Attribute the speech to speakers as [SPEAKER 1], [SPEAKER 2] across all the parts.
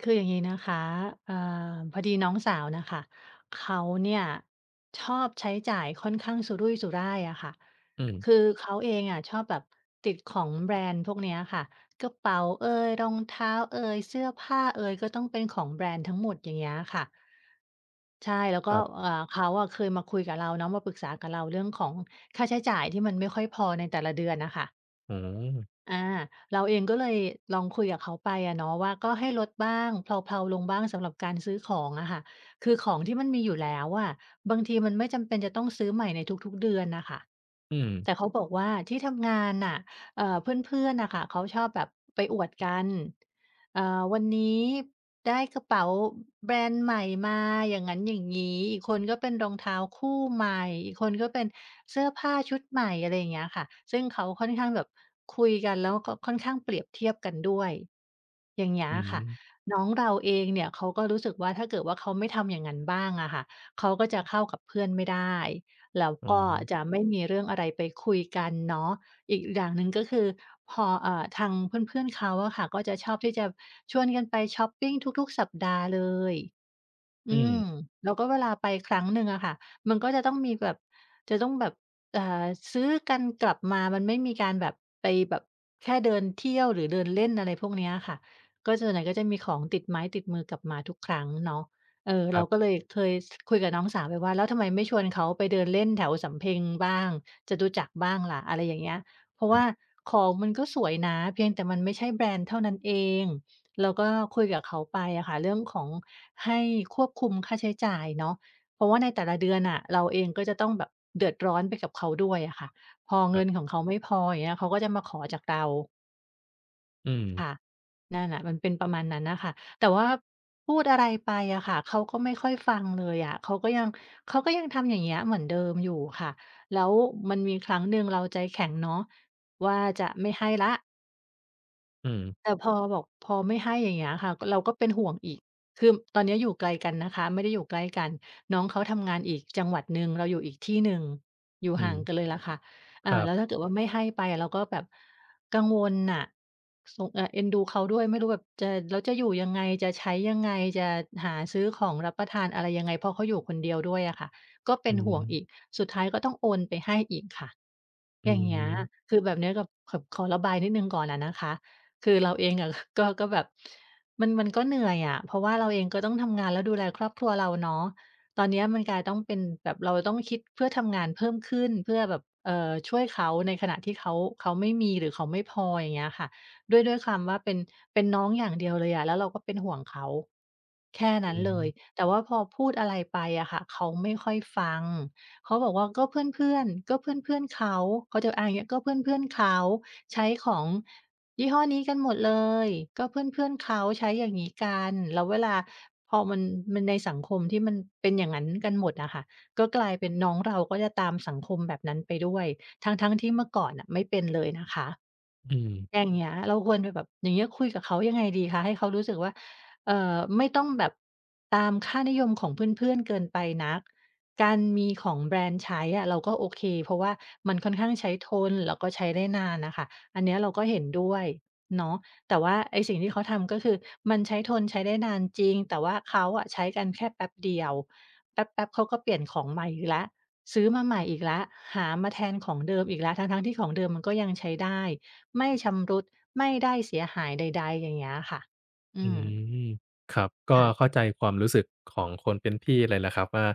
[SPEAKER 1] คืออย่างนี้นะคะเอ่อพอดีน้องสาวน่ะค่ะเขาเนี่ยชอบใช้จ่ายค่อนข้างสุรุ่ยสุร่ายอะค่ะ
[SPEAKER 2] อืม
[SPEAKER 1] คือเขาเองอะชอบแบบติดของแบรนด์พวกเนี้ยค่ะกระเป๋าเอยรองเท้าเอยเสื้อผ้าเอยก็ต้องเป็นของแบรนด์ทั้งหมดอย่างเงี้ยค่ะใช่แล้ว
[SPEAKER 2] ค
[SPEAKER 1] ก็
[SPEAKER 2] รับ
[SPEAKER 1] เขาอะเคยมาคุยกับเราเนาะมาปรึกษากับเราเรื่องของค่าใช้จ่ายที่มันไม่ค่อยพอในแต่ละเดือนน่ะค่ะ
[SPEAKER 2] อ๋อ
[SPEAKER 1] อาเราเองก็เลยลองคุยกับเขาไปอะเนาะว่าก็ให้ลดบ้างเพลาๆลงบ้างสำหรับการซื้อของอะค่ะคือของที่มันมีอยู่แล้วอะบางทีมันไม่จำเป็นจะต้องซื้อใหม่ในทุกๆเดือนน่ะค่ะ
[SPEAKER 2] อืม
[SPEAKER 1] แต่เขาบอกว่าที่ทำงานน่ะเพื่อนๆน่ะค่ะเขาชอบแบบไปอวดกัน อ่าวันนี้ได้กระเป๋าแบรนด์ใหม่มาอย่างงั้นอย่างงี้อีกคนก็เป็นรองเท้าคู่ใหม่อีกคนก็เป็นเสื้อผ้าชุดใหม่อะไรอย่างเงี้ยค่ะซึ่งเขาค่อนข้างแบบคุยกันแล้วก็ค่อนข้างเปรียบเทียบกันด้วยอย่างเงี้ย
[SPEAKER 2] อื
[SPEAKER 1] ค่ะ
[SPEAKER 2] ม
[SPEAKER 1] น้องเราเองเนี่ยเขาก็รู้สึกว่าถ้าเกิดว่าเขาไม่ทำอย่างงั้นบ้างอะค่ะเขาก็จะเข้ากับเพื่อนไม่ได้แล้ว
[SPEAKER 2] อ๋อ
[SPEAKER 1] ก็จะไม่มีเรื่องอะไรไปคุยกันเนาะ อีกอย่างหนึ่งก็คือพอทางเพื่อนๆเขาอะค่ะก็จะชอบที่จะชวนกันไปชอปปิงทุกๆสัปดาห์เลย
[SPEAKER 2] อื
[SPEAKER 1] อืม
[SPEAKER 2] ม
[SPEAKER 1] แล้วก็เวลาไปครั้งหนึ่งอะค่ะมันก็จะต้องมีแบบจะต้องแบบอ่าซื้อกันกลับมา มันไม่มีการแบบไปแบบแค่เดินเที่ยวหรือเดินเล่นอะไรพวกเนี้ยค่ะก็ส่วนใหญ่ก็จะมีของติดไม้ติดมือกลับมาทุกครั้งเนาะเออ
[SPEAKER 2] ครั
[SPEAKER 1] เราก็
[SPEAKER 2] บ
[SPEAKER 1] เลยเคยสคุยกับน้องสาวไปว่าแล้วทำไมไม่ชวนเขาไปเดินเล่นแถวสำเพ็งบ้างจตุจักรบ้างล่ะอะไรอย่างเงี้ยเพราะ
[SPEAKER 2] อื
[SPEAKER 1] ว่า
[SPEAKER 2] ม
[SPEAKER 1] ของมันก็สวยนะเพียงแต่มันไม่ใช่แบรนด์เท่านั้นเองแล้วก็คุยกับเขาไปอะค่ะเรื่องของ ให้ควบคุมค่าใช้จ่ายเนาะเพราะว่าในแต่ละเดือนน่ะเราเองก็จะต้องแบบเดือดร้อนไปกับเขาด้วยอะค่ะพอ
[SPEAKER 2] ครั
[SPEAKER 1] เงินข
[SPEAKER 2] บ
[SPEAKER 1] องเขาไม่พออย่างเงี้ยเขาก็จะมาขอจากเรา
[SPEAKER 2] อืม
[SPEAKER 1] ค่ะนั่นน่ะมันเป็นประมาณนั้นน่ะค่ะแต่ว่าพูดอะไรไปอะค่ะเขาก็ไม่ค่อยฟังเลยอะเขาก็ยังทำอย่างเงี้ยเหมือนเดิมอยู่ค่ะแล้วมันมีครั้งหนึ่งเราใจแข็งเนาะว่าจะไม่ให้แล้ว
[SPEAKER 2] อืม
[SPEAKER 1] แต่พอบอกพอไม่ให้อย่างเงี้ยค่ะเราก็เป็นห่วงอีกคือตอนเนี้ยอยู่ไกลกันนะคะไม่ได้อยู่ใกล้กันน้องเขาทำงานอีกจังหวัดหนึ่งเราอยู่อีกที่หนึ่งอยู่
[SPEAKER 2] อื
[SPEAKER 1] ห่า
[SPEAKER 2] ม
[SPEAKER 1] งกันเลยล่ะค่ะ
[SPEAKER 2] ครั
[SPEAKER 1] แล้วถ้า
[SPEAKER 2] บ
[SPEAKER 1] เกิดว่าไม่ให้ไปเราก็แบบกังวลน่ะสงเอ็นดูเขาด้วยไม่รู้แบบจะแล้วจะอยู่ยังไงจะใช้ยังไงจะหาซื้อของรับประทานอะไรยังไงเพราะเขาอยู่คนเดียวด้วยอะค่ะก็เป็
[SPEAKER 2] อื
[SPEAKER 1] นห่
[SPEAKER 2] ม
[SPEAKER 1] วงอีกสุดท้ายก็ต้องโอนไปให้อีกค่ะ
[SPEAKER 2] อื
[SPEAKER 1] อย่างเงี้ย
[SPEAKER 2] ม
[SPEAKER 1] คือแบบเนี้ยกับขขอระบายนิดหนึ่งก่อนอะนะคะคือเราเองอะ ก็แบบมันก็เหนื่อยอะเพราะว่าเราเองก็ต้องทำงานแล้วดูแลครอบครัวเราเนาะตอนเนี้ยมันกลายต้องเป็นแบบเราต้องคิดเพื่อทำงานเพิ่มขึ้นเพื่อแบบช่วยเขาในขณะที่เขาไม่มีหรือเขาไม่พออย่างเงี้ยค่ะ ด้วยความว่าเป็นน้องอย่างเดียวเลยอะแล้วเราก็เป็นห่วงเขาแค่นั้น
[SPEAKER 2] อื
[SPEAKER 1] เลย
[SPEAKER 2] ม
[SPEAKER 1] แต่ว่าพอพูดอะไรไปอะค่ะเขาไม่ค่อยฟัง เขาบอกว่าก็เพื่อนๆก็เพื่อนๆเขาเขาจะอ้างอย่างเงี้ยก็เพื่อนๆเขาใช้ของยี่ห้อนี้กันหมดเลยก็เพื่อนๆเขาใช้อย่างงี้กันแล้วเวลาพอมันในสังคมที่มันเป็นอย่างงั้นกันหมดอะค่ะก็กลายเป็นน้องเราก็จะตามสังคมแบบนั้นไปด้วยทั้งๆที่เมื่อก่อนน่ะไม่เป็นเลยนะคะ
[SPEAKER 2] อืม
[SPEAKER 1] อย่างเงี้ยเราควรไปแบบอย่างเงี้ยคุยกับเขายังไงดีคะให้เขารู้สึกว่าไม่ต้องแบบตามค่านิยมของเพื่อนๆเกินไปนักการมีของแบรนด์ใช้อะเราก็โอเคเพราะว่ามันค่อนข้างใช้ทนแล้วก็ใช้ได้นานน่ะค่ะอันเนี้ยเราก็เห็นด้วยเนาะแต่ว่าไอ้สิ่งที่เขาทำก็คือมันใช้ทนใช้ได้นานจริงแต่ว่าเขาอะใช้กันแค่แป๊บเดียวแป๊บๆเขาก็เปลี่ยนของใหม่อีกแล้วซื้อมาใหม่อีกแล้วหามาแทนของเดิมอีกแล้วทั้งๆที่ของเดิมมันก็ยังใช้ได้ ไม่ชำรุดไม่ได้เสียหายใดๆอย่างเงี้ยค่ะ
[SPEAKER 2] อื
[SPEAKER 1] อืม
[SPEAKER 2] มครับก็เข้า
[SPEAKER 1] ค่ะ
[SPEAKER 2] ใจความรู้สึกของคนเป็นพี่เลยแหละครับว่า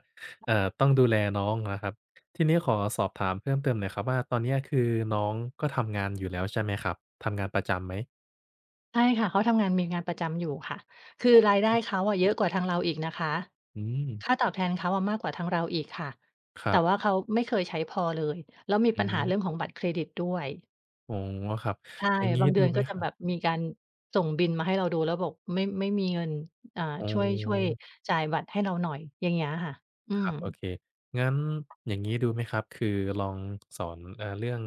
[SPEAKER 2] ต้องดูแลน้องนะครับทีนี้ขอสอบถามเพิ่มเติมหน่อยครับว่าตอนเนี้ยคือน้องก็ทำงานอยู่แล้วใช่ไหมครับทำงานประจำไหม
[SPEAKER 1] ใช่ค่ะเขาทำงานมีงานประจำอยู่ค่ะคือรายได้เขาอะเยอะกว่าทางเราอีกนะคะ
[SPEAKER 2] อืม
[SPEAKER 1] ค่าตอบแทนเขาอะมากกว่าทางเราอีกค่ะ
[SPEAKER 2] ครั
[SPEAKER 1] แต่
[SPEAKER 2] บ
[SPEAKER 1] ว่าเขาไม่เคยใช้พอเลยแล้วมี
[SPEAKER 2] อื
[SPEAKER 1] ปัญหา
[SPEAKER 2] ม
[SPEAKER 1] เรื่องของบัตรเครดิตด้วย
[SPEAKER 2] อ๋อครับ
[SPEAKER 1] ใช่
[SPEAKER 2] อย่างงี้
[SPEAKER 1] บางเดื
[SPEAKER 2] ดู
[SPEAKER 1] อน
[SPEAKER 2] ไหม
[SPEAKER 1] ก็
[SPEAKER 2] ค
[SPEAKER 1] จะ
[SPEAKER 2] รับ
[SPEAKER 1] แบบมีการส่งบิลมาให้เราดูแล้วบอกไม่มีเงินอ่า
[SPEAKER 2] อ๋อ
[SPEAKER 1] ช่วยจ่ายบัตรให้เราหน่อยอย่างเงี้ยค่ะอื
[SPEAKER 2] ค
[SPEAKER 1] ม
[SPEAKER 2] รับโอเคงั้นอย่างนี้ดูไหมครับคือลองสอนเรื่อง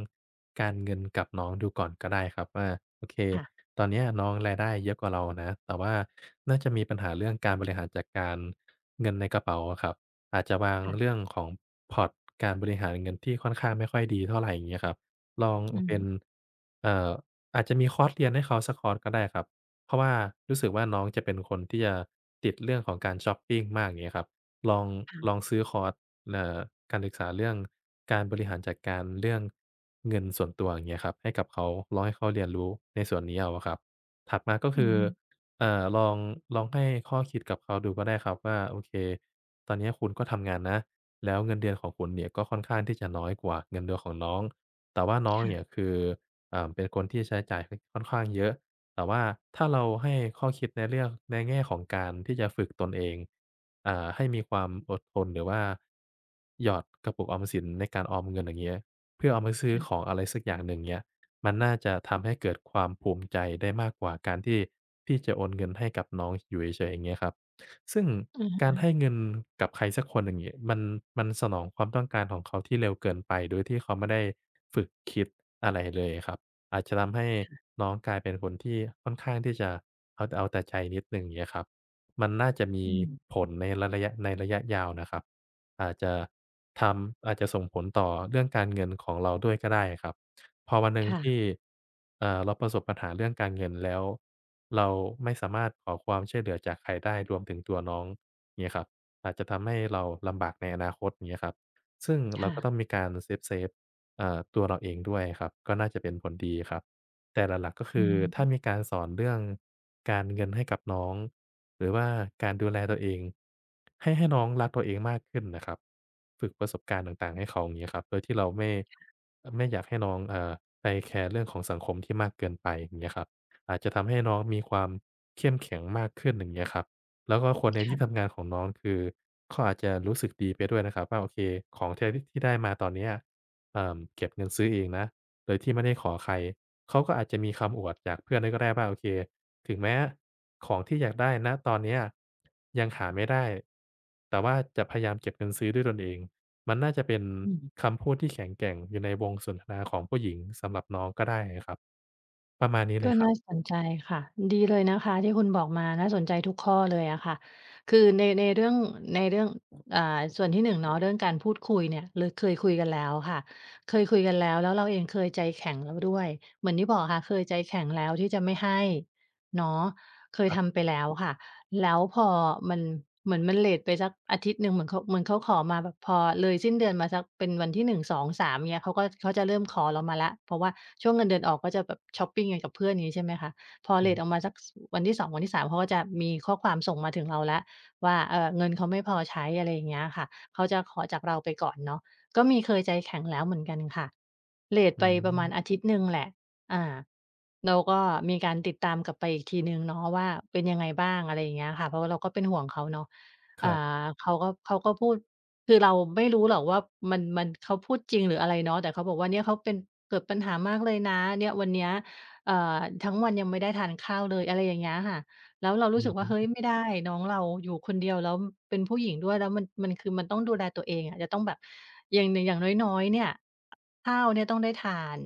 [SPEAKER 2] การเงินกับน้องดูก่อนก็ได้ครับว่าโอเค
[SPEAKER 1] ค่ะ
[SPEAKER 2] ตอนเนี้ยน้องรายได้เยอะกว่าเรานะแต่ว่าน่าจะมีปัญหาเรื่องการบริหารจัดการเงินในกระเป๋าอะครับอาจจะวางเรื่องของพอร์ตการบริหารเงินที่ค่อนข้างไม่ค่อยดีเท่าไรอย่างเงี้ยครับลอง
[SPEAKER 1] ๆอืม
[SPEAKER 2] เป็นเอ่ออาจจะมีคอร์สเรียนให้เขาสักคอร์สก็ได้ครับเพราะว่ารู้สึกว่าน้องจะเป็นคนที่จะติดเรื่องของการช็อปปิงมากอย่างเงี้ยครับ ลองลอ
[SPEAKER 1] ค่ะ
[SPEAKER 2] งซื้อคอร์สเอ่อการศึกษาเรื่องการบริหารจัดการเรื่องเงินส่วนตัวอย่างเงี้ยครับให้กับเขาลองให้เขาเรียนรู้ในส่วนนี้เอาอะครับถัดมาก็
[SPEAKER 1] อื
[SPEAKER 2] คือ
[SPEAKER 1] ม
[SPEAKER 2] เอ่อลองลองให้ข้อคิดกับเขาดูก็ได้ครับว่าโอเคตอนเนี้ยคุณก็ทำงานนะแล้วเงินเดือนของคุณเนี่ยก็ค่อนข้างที่จะน้อยกว่าเงินเดือนของน้องแต่ว่าน้องเนี่ย
[SPEAKER 1] ค่ะ
[SPEAKER 2] คืออ่าเป็นคนที่ใช้จ่ายค่อนข้างเยอะ แต่ว่าถ้าเราให้ข้อคิดในเรื่องในแง่ของการที่จะฝึกตนเองอ่าให้มีความอดทนหรือว่าหยอดกระปุกออมสินในการออมเงินอย่างเงี้ยเพื่อเอามาซื้อของอะไรสักอย่างหนึ่งเงี้ยมันน่าจะทำให้เกิดความภูมิใจได้มากกว่าการที่พี่จะโอนเงินให้กับน้องอยู่เฉยๆอย่างเงี้ยครับซึ่ง
[SPEAKER 1] อือ
[SPEAKER 2] การ
[SPEAKER 1] ค่ะ
[SPEAKER 2] ให้เงินกับใครสักคนอย่างงี้มันสนองความต้องการของเขาที่เร็วเกินไปโดยที่เขาไม่ได้ฝึกคิดอะไรเลยครับ อาจจะทำให้น้องกลายเป็นคนที่ค่อนข้างที่จะเอาแต่ใจนิดหนึ่งอย่างเงี้ยครับมันน่าจะมี
[SPEAKER 1] อืออืม
[SPEAKER 2] ผลในระยะยาวนะครับอาจจะทำอาจจะส่งผลต่อเรื่องการเงินของเราด้วยก็ได้ครับพอวันหนึ่ง
[SPEAKER 1] ค่ะ
[SPEAKER 2] ที่เราประสบปัญหาเรื่องการเงินแล้วเราไม่สามารถขอความช่วยเหลือจากใครได้รวมถึงตัวน้องเงี้ยครับอาจจะทำให้เราลำบากในอนาคตอย่างเงี้ยครับซึ่งเรา
[SPEAKER 1] ค่ะ
[SPEAKER 2] ก็ต้องมีการเซฟๆ ตัวเราเองด้วยครับก็น่าจะเป็นผลดีครับแต่หลักๆก็
[SPEAKER 1] อื
[SPEAKER 2] คือถ้า
[SPEAKER 1] ม
[SPEAKER 2] มีการสอนเรื่องการเงินให้กับน้องหรือว่าการดูแลตัวเองให้น้องรักตัวเองมากขึ้นน่ะครับฝึกประสบการณ์ต่างๆให้เขาอย่างเงี้ยครับโดยที่เราไม่อยากให้น้องไปแคร์เรื่องของสังคมที่มากเกินไปอย่างเงี้ยครับอาจจะทำให้น้องมีความเข้มแข็งมากขึ้นอย่างเงี้ยครับแล้วก็คนในที่
[SPEAKER 1] ค่ะ
[SPEAKER 2] ทำงานของน้องคือเขาอาจจะรู้สึกดีไปด้วยนะครับว่าโอเคของแท้ที่ได้มาตอนเนี้ย เก็บเงินซื้อเองนะโดยที่ไม่ได้ขอใครเขาก็อาจจะมีคำอวดจากเพื่อนด้วยก็ได้ว่าโอเคถึงแม้ของที่อยากได้ณตอนเนี้ยยังหาไม่ได้แต่ว่าจะพยายามเก็บเงินซื้อด้วยตนเองมันน่าจะเป็น
[SPEAKER 1] อืม
[SPEAKER 2] คำพูดที่แข็งแกร่งอยู่ในวงสนทนาของผู้หญิงสำหรับน้องก็ได้อะครับประมาณนี้เล
[SPEAKER 1] ก็
[SPEAKER 2] ยครั
[SPEAKER 1] น่าส
[SPEAKER 2] บ
[SPEAKER 1] นใจค่ะดีเลยนะคะที่คุณบอกมาน่าสนใจทุกข้อเลยอะค่ะคือในเรื่องในเรื่องอ่าส่วนที่1เนาะเรื่องการพูดคุยเนี่ยเลยเคยคุยกันแล้วค่ะเคยคุยกันแล้วแล้วเราเองเคยใจแข็งแล้วด้วยเหมือนที่บอกค่ะเคยใจแข็งแล้วที่จะไม่ให้เนาะเค
[SPEAKER 2] ค
[SPEAKER 1] ย
[SPEAKER 2] รั
[SPEAKER 1] ทำ
[SPEAKER 2] บ
[SPEAKER 1] ไปแล้วค่ะ แล้วพอมันเหมือนมันเลตไปสักอาทิตย์หนึ่งเหมือนเขาขอมาแบบพอเลยสิ้นเดือนมาสักเป็นวันที่1 2 3เงี้ยเขาจะเริ่มขอเรามาแล้วเพราะว่าช่วงเงินเดือนออกก็จะแบบชอปปิงกันกับเพื่อนอย่างงี้ใช่ไหมคะพอ
[SPEAKER 2] อื
[SPEAKER 1] เลตออก
[SPEAKER 2] ม
[SPEAKER 1] มาสักสวันที่สองวันที่3เขาก็จะมีข้อความส่งมาถึงเราแล้วว่าเงินเขาไม่พอใช้อะไรอย่างเงี้ยค่ะเขาจะขอจากเราไปก่อนเนาะก็มีเคยใจแข็งแล้วเหมือนกันค่ะเลต
[SPEAKER 2] อื
[SPEAKER 1] ไปประมาณอา
[SPEAKER 2] ม
[SPEAKER 1] ทิตย์หนึ่งแหละ อาแล้วก็มีการติดตามกลับไปอีกทีหนึ่งเนาะว่าเป็นยังไงบ้างอะไรอย่างเงี้ยค่ะเพราะว่าเราก็เป็นห่วงเขาเนาะ
[SPEAKER 2] ค
[SPEAKER 1] อ่า
[SPEAKER 2] รับ
[SPEAKER 1] เขาก็พูดคือเราไม่รู้หรอกว่ามันเขาพูดจริงหรืออะไรเนาะแต่เขาบอกว่าเนี่ยเขาเป็นเกิดปัญหามากเลยนะเนี่ยวันเนี้ยเอ่อทั้งวันยังไม่ได้ทานข้าวเลยอะไรอย่างเงี้ยค่ะแล้วเรา
[SPEAKER 2] อื
[SPEAKER 1] รู้สึ
[SPEAKER 2] อ
[SPEAKER 1] กว่าเฮ้ย
[SPEAKER 2] ฮึ
[SPEAKER 1] ไม่ได้น้องเราอยู่คนเดียวแล้วเป็นผู้หญิงด้วยแล้วมันคือมันต้องดูแลตัวเองอะจะต้องแบบอย่างอย่างน้อยๆเนี่ยข้าวเนี่ยต้องได้ทาน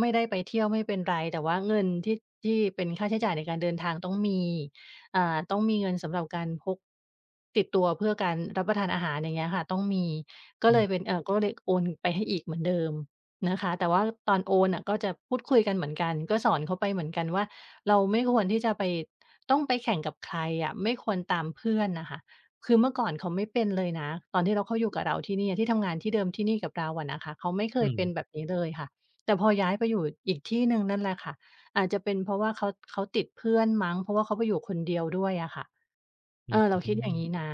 [SPEAKER 1] ไม่ได้ไปเที่ยวไม่เป็นไรแต่ว่าเงินที่เป็นค่าใช้จ่ายในการเดินทางต้องมีต้องมีเงินสำหรับการพกติดตัวเพื่อการรับประทานอาหารอย่างเงี้ยค่ะต้องมีก็
[SPEAKER 2] อื
[SPEAKER 1] เลย
[SPEAKER 2] ม
[SPEAKER 1] เป็นก็เลยโอนไปให้อีกเหมือนเดิมนะคะแต่ว่าตอนโอนน่ะก็จะพูดคุยกันเหมือนกันก็สอนเขาไปเหมือนกันว่าเราไม่ควรที่จะไปต้องไปแข่งกับใครอะไม่ควรตามเพื่อนน่ะค่ะคือเมื่อก่อนเขาไม่เป็นเลยนะตอนที่เราเขาอยู่กับเราที่นี่ที่ทำงานที่เดิมที่นี่กับเราอะนะคะเขาไม่เค
[SPEAKER 2] อื
[SPEAKER 1] ยเป็นแบ
[SPEAKER 2] ม
[SPEAKER 1] บนี้เลยค่ะ แต่พอย้ายไปอยู่อีกที่หนึ่งนั่นแหละค่ะอาจจะเป็นเพราะว่าเขาติดเพื่อนมั้งเพราะว่าเขาไปอยู่คนเดียวด้วยอะค่ะเอ
[SPEAKER 2] อือ
[SPEAKER 1] อเรา
[SPEAKER 2] ฮึ
[SPEAKER 1] คิดอย่างงี้นะ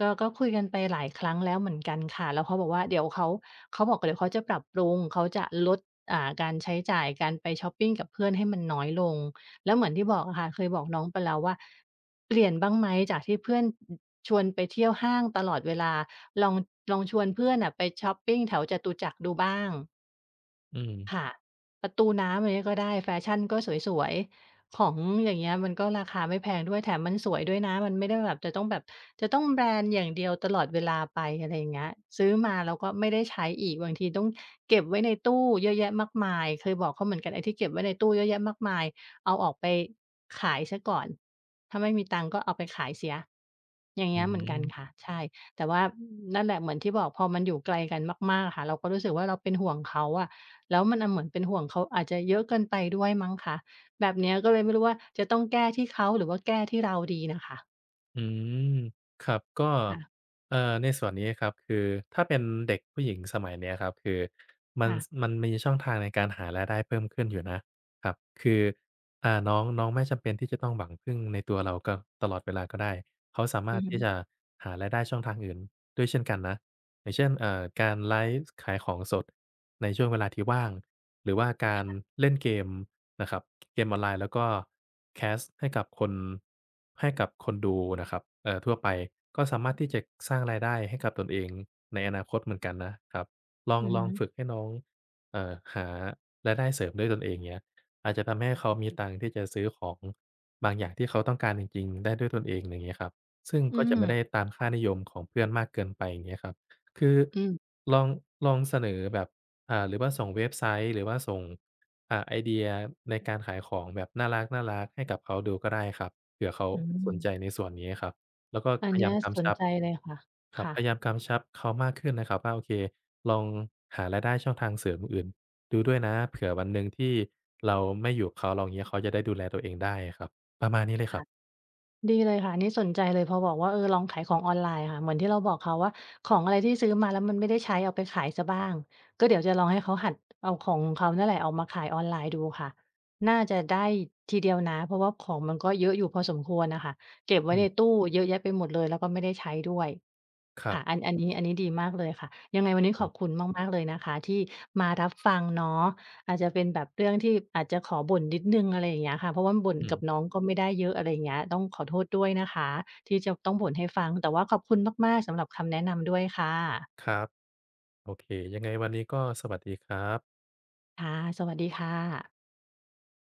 [SPEAKER 1] ก็คุยกันไปหลายครั้งแล้วเหมือนกันค่ะแล้วเขาบอกว่าเดี๋ยวเขาเขาบอกเดี๋ยวเขาจะปรับปรุงเขาจะลดการใช้จ่ายการไปช็อปปิงกับเพื่อนให้มันน้อยลงแล้วเหมือนที่บอกอะค่ะเคยบอกน้องไปแล้วว่าเปลี่ยนบ้างไหมจากที่เพื่อนอชวนไปเที่ยวห้างตลอดเวลาลองชวนเพื่อนน่ะไปช็อปปิงแถวจตุจักรดูบ้าง
[SPEAKER 2] อืม
[SPEAKER 1] ค่ะประตูน้ำอย่างเงี้ยก็ได้แฟชั่นก็สวยๆของอย่างเงี้ยมันก็ราคาไม่แพงด้วยแถมมันสวยด้วยนะมันไม่ได้แบบจะต้องแบรนด์อย่างเดียวตลอดเวลาไปอะไรอย่างเงี้ยซื้อมาแล้วก็ไม่ได้ใช้อีกบางทีต้องเก็บไว้ในตู้เยอะแยะมากมายเคยบอกเขาเหมือนกันไอ้ที่เก็บไว้ในตู้เยอะแยะมากมายเอาออกไปขายเสียก่อนถ้าไม่มีตังค์ก็เอาไปขายเสียอย่าง
[SPEAKER 2] อื
[SPEAKER 1] เงี้ยเหมือนกันค่ะ
[SPEAKER 2] ม
[SPEAKER 1] ใช่แต่ว่านั่นแหละเหมือนที่บอกพอมันอยู่ไกลกันมากๆอะค่ะเราก็รู้สึกว่าเราเป็นห่วงเขาอะ แล้วมันอ่ะเหมือนเป็นห่วงเขาอาจจะเยอะเกินไปด้วยมั้งคะแบบเนี้ยก็เลยไม่รู้ว่าจะต้องแก้ที่เขาหรือว่าแก้ที่เราดีน่ะค่ะ
[SPEAKER 2] อืมครับก็
[SPEAKER 1] ค่ะ
[SPEAKER 2] เอ่อในส่วนนี้ครับคือถ้าเป็นเด็กผู้หญิงสมัยเนี้ยครับคือ
[SPEAKER 1] ค่ะ
[SPEAKER 2] มันมีช่องทางในการหารายได้เพิ่มขึ้นอยู่นะครับคืออ่าน้องน้องไม่จำเป็นที่จะต้องหวังพึ่งในตัวเราก็ตลอดเวลาก็ได้เขาสามาร
[SPEAKER 1] อื
[SPEAKER 2] ถ
[SPEAKER 1] อฮึ
[SPEAKER 2] ที่จะหารายได้ช่องทางอื่นด้วยเช่นกันนะ อย่างเช่นการไลฟ์ขายของสดในช่วงเวลาที่ว่าง หรือว่าการเล่นเกมนะครับเกมออนไลน์แล้วก็แคสต์ให้กับคนดูนะครับทั่วไปก็สามารถที่จะสร้างรายได้ให้กับตนเองในอนาคตเหมือนกันนะครับ ลอง
[SPEAKER 1] อือ
[SPEAKER 2] ลอ
[SPEAKER 1] ฮึ
[SPEAKER 2] งฝึกให้น้องหารายได้เสริมด้วยตนเองเงี้ยอาจจะทำให้เขามีตังค์ที่จะซื้อของบางอย่างที่เขาต้องการจริงๆได้ด้วยตนเองอย่างงี้ครับซึ่ง
[SPEAKER 1] อื
[SPEAKER 2] ก็จะ
[SPEAKER 1] ม
[SPEAKER 2] ไม่ได้ตามค่านิยมของเพื่อนมากเกินไปอย่างเงี้ยครับ คือ
[SPEAKER 1] อืม
[SPEAKER 2] ลองลองเสนอแบบอ่าหรือว่าส่งเว็บไซต์หรือว่าส่งอ่าไอเดียในการขายของแบบน่ารักๆให้กับเขาดูก็ได้ครับเผื่อเขา
[SPEAKER 1] อื
[SPEAKER 2] สนใจ
[SPEAKER 1] ม
[SPEAKER 2] ในส่วนนี้ครับแล้วก็
[SPEAKER 1] อั
[SPEAKER 2] พ
[SPEAKER 1] น
[SPEAKER 2] ยายา
[SPEAKER 1] เนี้
[SPEAKER 2] ม
[SPEAKER 1] ยส
[SPEAKER 2] กำ
[SPEAKER 1] น
[SPEAKER 2] ชับ
[SPEAKER 1] ใจเลยค่ะ
[SPEAKER 2] ครับ
[SPEAKER 1] ค่ะ
[SPEAKER 2] พยายามกำชับเขามากขึ้นนะครับว่าโอเคลองหารายได้ช่องทางเสริมอื่นๆดูด้วยนะเผื่อวันหนึ่งที่เราไม่อยู่กับเขาเราอย่างเงี้ยเขาจะได้ดูแลตัวเองได้อะครับประมาณนี้เลยครับ
[SPEAKER 1] ดีเลยค่ะนี่สนใจเลยพอบอกว่าเออลองขายของออนไลน์ค่ะเหมือนที่เราบอกเขาว่าของอะไรที่ซื้อมาแล้วมันไม่ได้ใช้เอาไปขายเสียบ้างก็เดี๋ยวจะลองให้เขาหัดเอาของของเขานั่นแหละออกมาขายออนไลน์ดูค่ะน่าจะได้ทีเดียวนะเพราะว่าของมันก็เยอะอยู่พอสมควรน่ะค่ะเก็บไว้
[SPEAKER 2] อื
[SPEAKER 1] ในตู้
[SPEAKER 2] ม
[SPEAKER 1] เยอะแยะไปหมดเลยแล้วก็ไม่ได้ใช้ด้วย
[SPEAKER 2] ครั
[SPEAKER 1] ค่ะอั
[SPEAKER 2] บ
[SPEAKER 1] นอันนี้อันนี้ดีมากเลยค่ะยังไงวันนี้
[SPEAKER 2] อื
[SPEAKER 1] ขอ
[SPEAKER 2] ม
[SPEAKER 1] บคุณมากๆเลยนะคะที่มารับฟังเนาะอาจจะเป็นแบบเรื่องที่อาจจะขอบ่นนิดหนึ่งอะไรอย่างเงี้ยค่ะเพราะว่าบ่น
[SPEAKER 2] อื
[SPEAKER 1] กับ
[SPEAKER 2] ม
[SPEAKER 1] น้องก็ไม่ได้เยอะอะไรอย่างเงี้ยต้องขอโทษด้วยนะคะที่จะต้องบ่นให้ฟังแต่ว่าขอบคุณมากๆสำหรับคำแนะนำด้วยค่ะ
[SPEAKER 2] ครับโอเคยังไงวันนี้ก็สวัสดีครับ
[SPEAKER 1] ค่ะสวัสดีค่ะ